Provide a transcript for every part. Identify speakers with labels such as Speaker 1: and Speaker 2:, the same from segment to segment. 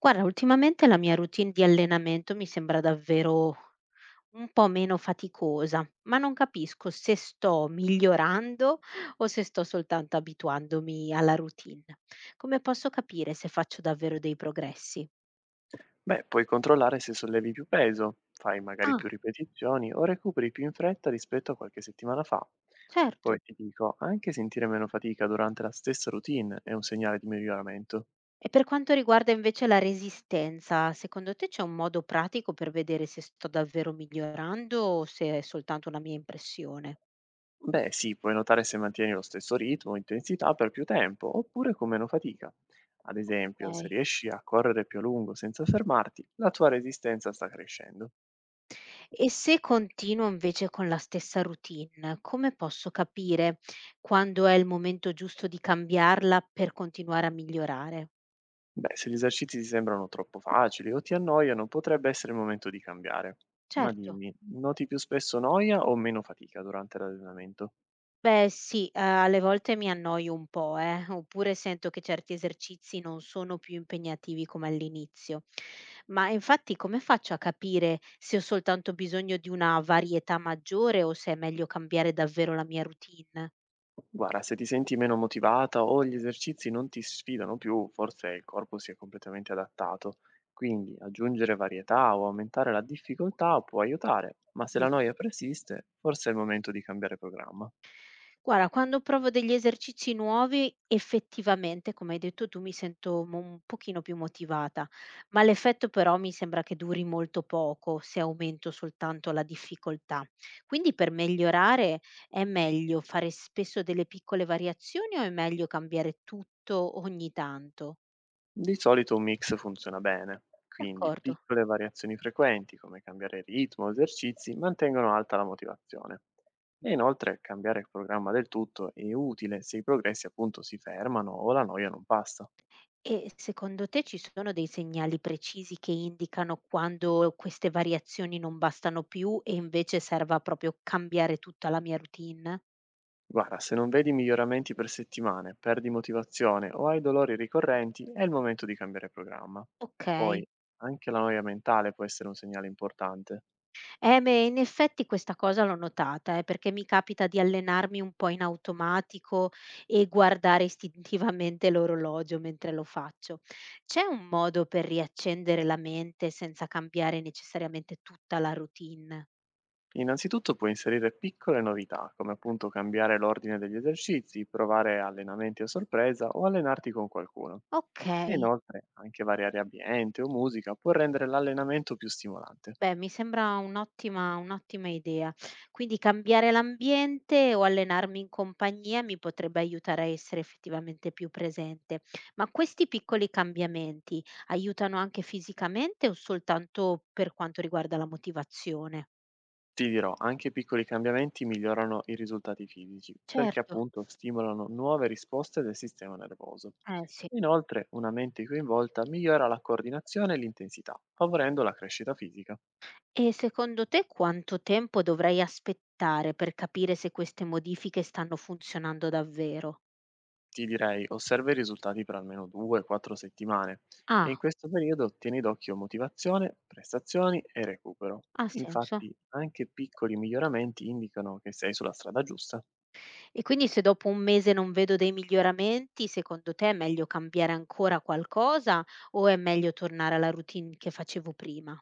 Speaker 1: Guarda, ultimamente la mia routine di allenamento mi sembra davvero un po' meno faticosa, ma non capisco se sto migliorando o se sto soltanto abituandomi alla routine. Come posso capire se faccio davvero dei progressi?
Speaker 2: Beh, puoi controllare se sollevi più peso, fai magari
Speaker 1: Ah,
Speaker 2: più ripetizioni o recuperi più in fretta rispetto a qualche settimana fa. Poi
Speaker 1: certo.
Speaker 2: ti dico, anche sentire meno fatica durante la stessa routine è un segnale di miglioramento.
Speaker 1: E per quanto riguarda invece la resistenza, secondo te c'è un modo pratico per vedere se sto davvero migliorando o se è soltanto una mia impressione?
Speaker 2: Beh, sì, puoi notare se mantieni lo stesso ritmo o intensità per più tempo, oppure con meno fatica. Ad esempio, se
Speaker 1: Ok.
Speaker 2: riesci a correre più a lungo senza fermarti, la tua resistenza sta crescendo.
Speaker 1: E se continuo invece con la stessa routine, come posso capire quando è il momento giusto di cambiarla per continuare a migliorare?
Speaker 2: Beh, se gli esercizi ti sembrano troppo facili o ti annoiano, potrebbe essere il momento di cambiare. Ma
Speaker 1: Certo.
Speaker 2: dimmi, noti più spesso noia o meno fatica durante l'allenamento?
Speaker 1: Beh sì, alle volte mi annoio un po', oppure sento che certi esercizi non sono più impegnativi come all'inizio. Ma infatti come faccio a capire se ho soltanto bisogno di una varietà maggiore o se è meglio cambiare davvero la mia routine?
Speaker 2: Guarda, se ti senti meno motivata o gli esercizi non ti sfidano più, forse il corpo si è completamente adattato. Quindi aggiungere varietà o aumentare la difficoltà può aiutare, ma se la
Speaker 1: Giusto?
Speaker 2: noia persiste, forse è il momento di cambiare programma.
Speaker 1: Guarda, quando provo degli esercizi nuovi, effettivamente, come hai detto tu, mi sento un pochino più motivata, ma l'effetto però mi sembra che duri molto poco se aumento soltanto la difficoltà. Quindi per migliorare è meglio fare spesso delle piccole variazioni o è meglio cambiare tutto ogni tanto?
Speaker 2: Di solito un mix funziona bene, quindi
Speaker 1: D'accordo.
Speaker 2: piccole variazioni frequenti come cambiare ritmo o esercizi mantengono alta la motivazione. E inoltre cambiare il programma del tutto è utile se i progressi appunto si fermano o la noia non passa.
Speaker 1: E secondo te ci sono dei segnali precisi che indicano quando queste variazioni non bastano più e invece serva proprio cambiare tutta la mia routine?
Speaker 2: Guarda, se non vedi miglioramenti per settimane, perdi motivazione o hai dolori ricorrenti, è il momento di cambiare programma. Poi
Speaker 1: Okay.
Speaker 2: anche la noia mentale può essere un segnale importante.
Speaker 1: Eh beh, in effetti questa cosa l'ho notata, perché mi capita di allenarmi un po' in automatico e guardare istintivamente l'orologio mentre lo faccio. C'è un modo per riaccendere la mente senza cambiare necessariamente tutta la routine?
Speaker 2: Innanzitutto puoi inserire piccole novità, come appunto cambiare l'ordine degli esercizi, provare allenamenti a sorpresa o allenarti con qualcuno.
Speaker 1: Ok.
Speaker 2: E inoltre anche variare ambiente o musica può rendere l'allenamento più stimolante.
Speaker 1: Beh, mi sembra un'ottima idea. Quindi cambiare l'ambiente o allenarmi in compagnia mi potrebbe aiutare a essere effettivamente più presente. Ma questi piccoli cambiamenti aiutano anche fisicamente o soltanto per quanto riguarda la motivazione?
Speaker 2: Ti dirò, anche piccoli cambiamenti migliorano i risultati fisici, perché
Speaker 1: Certo,
Speaker 2: appunto stimolano nuove risposte del sistema nervoso.
Speaker 1: eh sì.
Speaker 2: Inoltre, una mente coinvolta migliora la coordinazione e l'intensità, favorendo la crescita fisica.
Speaker 1: E secondo te quanto tempo dovrei aspettare per capire se queste modifiche stanno funzionando davvero?
Speaker 2: Ti direi, osserva i risultati per almeno 2-4 settimane e in
Speaker 1: Ah,
Speaker 2: questo periodo tieni d'occhio motivazione, prestazioni e recupero.
Speaker 1: ha senso.
Speaker 2: Infatti, anche piccoli miglioramenti indicano che sei sulla strada giusta.
Speaker 1: E quindi se dopo un mese non vedo dei miglioramenti, secondo te è meglio cambiare ancora qualcosa o è meglio tornare alla routine che facevo prima?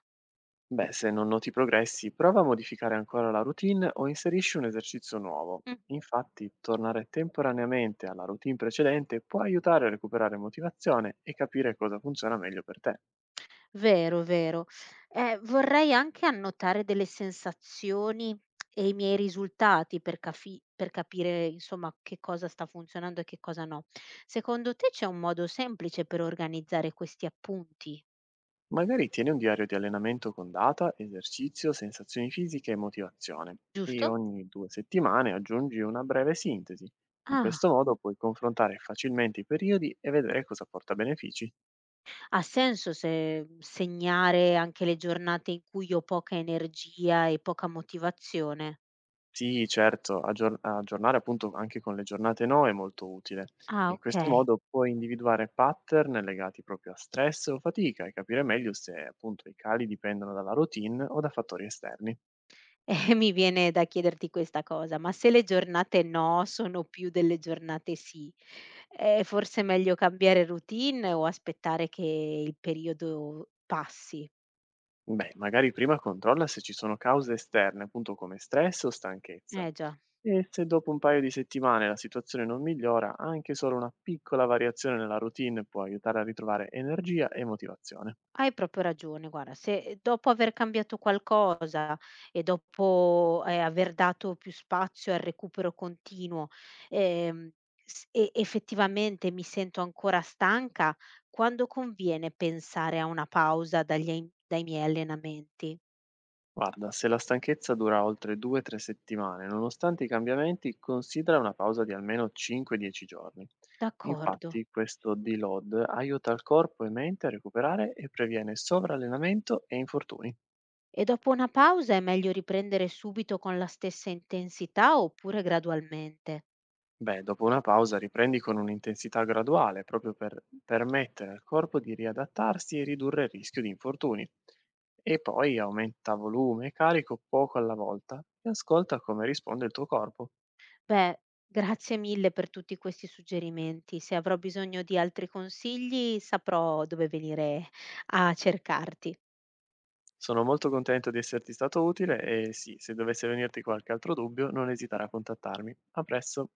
Speaker 2: Beh, se non noti progressi, prova a modificare ancora la routine o inserisci un esercizio nuovo.
Speaker 1: Mm.
Speaker 2: Infatti, tornare temporaneamente alla routine precedente può aiutare a recuperare motivazione e capire cosa funziona meglio per te.
Speaker 1: Vero, vero. Vorrei anche annotare delle sensazioni e i miei risultati per, per capire, insomma, che cosa sta funzionando e che cosa no. Secondo te c'è un modo semplice per organizzare questi appunti,
Speaker 2: Magari tieni un diario di allenamento con data, esercizio, sensazioni fisiche e motivazione e
Speaker 1: giusto?
Speaker 2: ogni 2 settimane aggiungi una breve sintesi. In
Speaker 1: Ah.
Speaker 2: questo modo puoi confrontare facilmente i periodi e vedere cosa porta benefici.
Speaker 1: Ha senso se segnare anche le giornate in cui ho poca energia e poca motivazione?
Speaker 2: Sì, certo, aggiornare appunto anche con le giornate no è molto utile.
Speaker 1: Ah,
Speaker 2: In questo
Speaker 1: okay.
Speaker 2: modo puoi individuare pattern legati proprio a stress o fatica e capire meglio se appunto i cali dipendono dalla routine o da fattori esterni.
Speaker 1: Mi viene da chiederti questa cosa, ma se le giornate no sono più delle giornate sì, è forse meglio cambiare routine o aspettare che il periodo passi?
Speaker 2: Beh, magari prima controlla se ci sono cause esterne, appunto come stress o stanchezza.
Speaker 1: Già.
Speaker 2: E se dopo un paio di settimane la situazione non migliora, anche solo una piccola variazione nella routine può aiutare a ritrovare energia e motivazione.
Speaker 1: Hai proprio ragione, guarda, se dopo aver cambiato qualcosa e dopo, aver dato più spazio al recupero continuo, ehm, s e effettivamente mi sento ancora stanca, quando conviene pensare a una pausa dagli ai dai miei allenamenti?
Speaker 2: Guarda, se la stanchezza dura oltre 2-3 settimane, nonostante i cambiamenti, considera una pausa di almeno 5-10 giorni.
Speaker 1: D'accordo.
Speaker 2: Infatti, questo deload aiuta il corpo e mente a recuperare e previene sovrallenamento e infortuni.
Speaker 1: E dopo una pausa è meglio riprendere subito con la stessa intensità oppure gradualmente?
Speaker 2: Beh, dopo una pausa riprendi con un'intensità graduale, proprio per permettere al corpo di riadattarsi e ridurre il rischio di infortuni. E poi aumenta volume e carico poco alla volta e ascolta come risponde il tuo corpo.
Speaker 1: Beh, grazie mille per tutti questi suggerimenti. Se avrò bisogno di altri consigli, saprò dove venire a cercarti.
Speaker 2: Sono molto contento di esserti stato utile e sì, se dovesse venirti qualche altro dubbio, non esitare a contattarmi. A presto!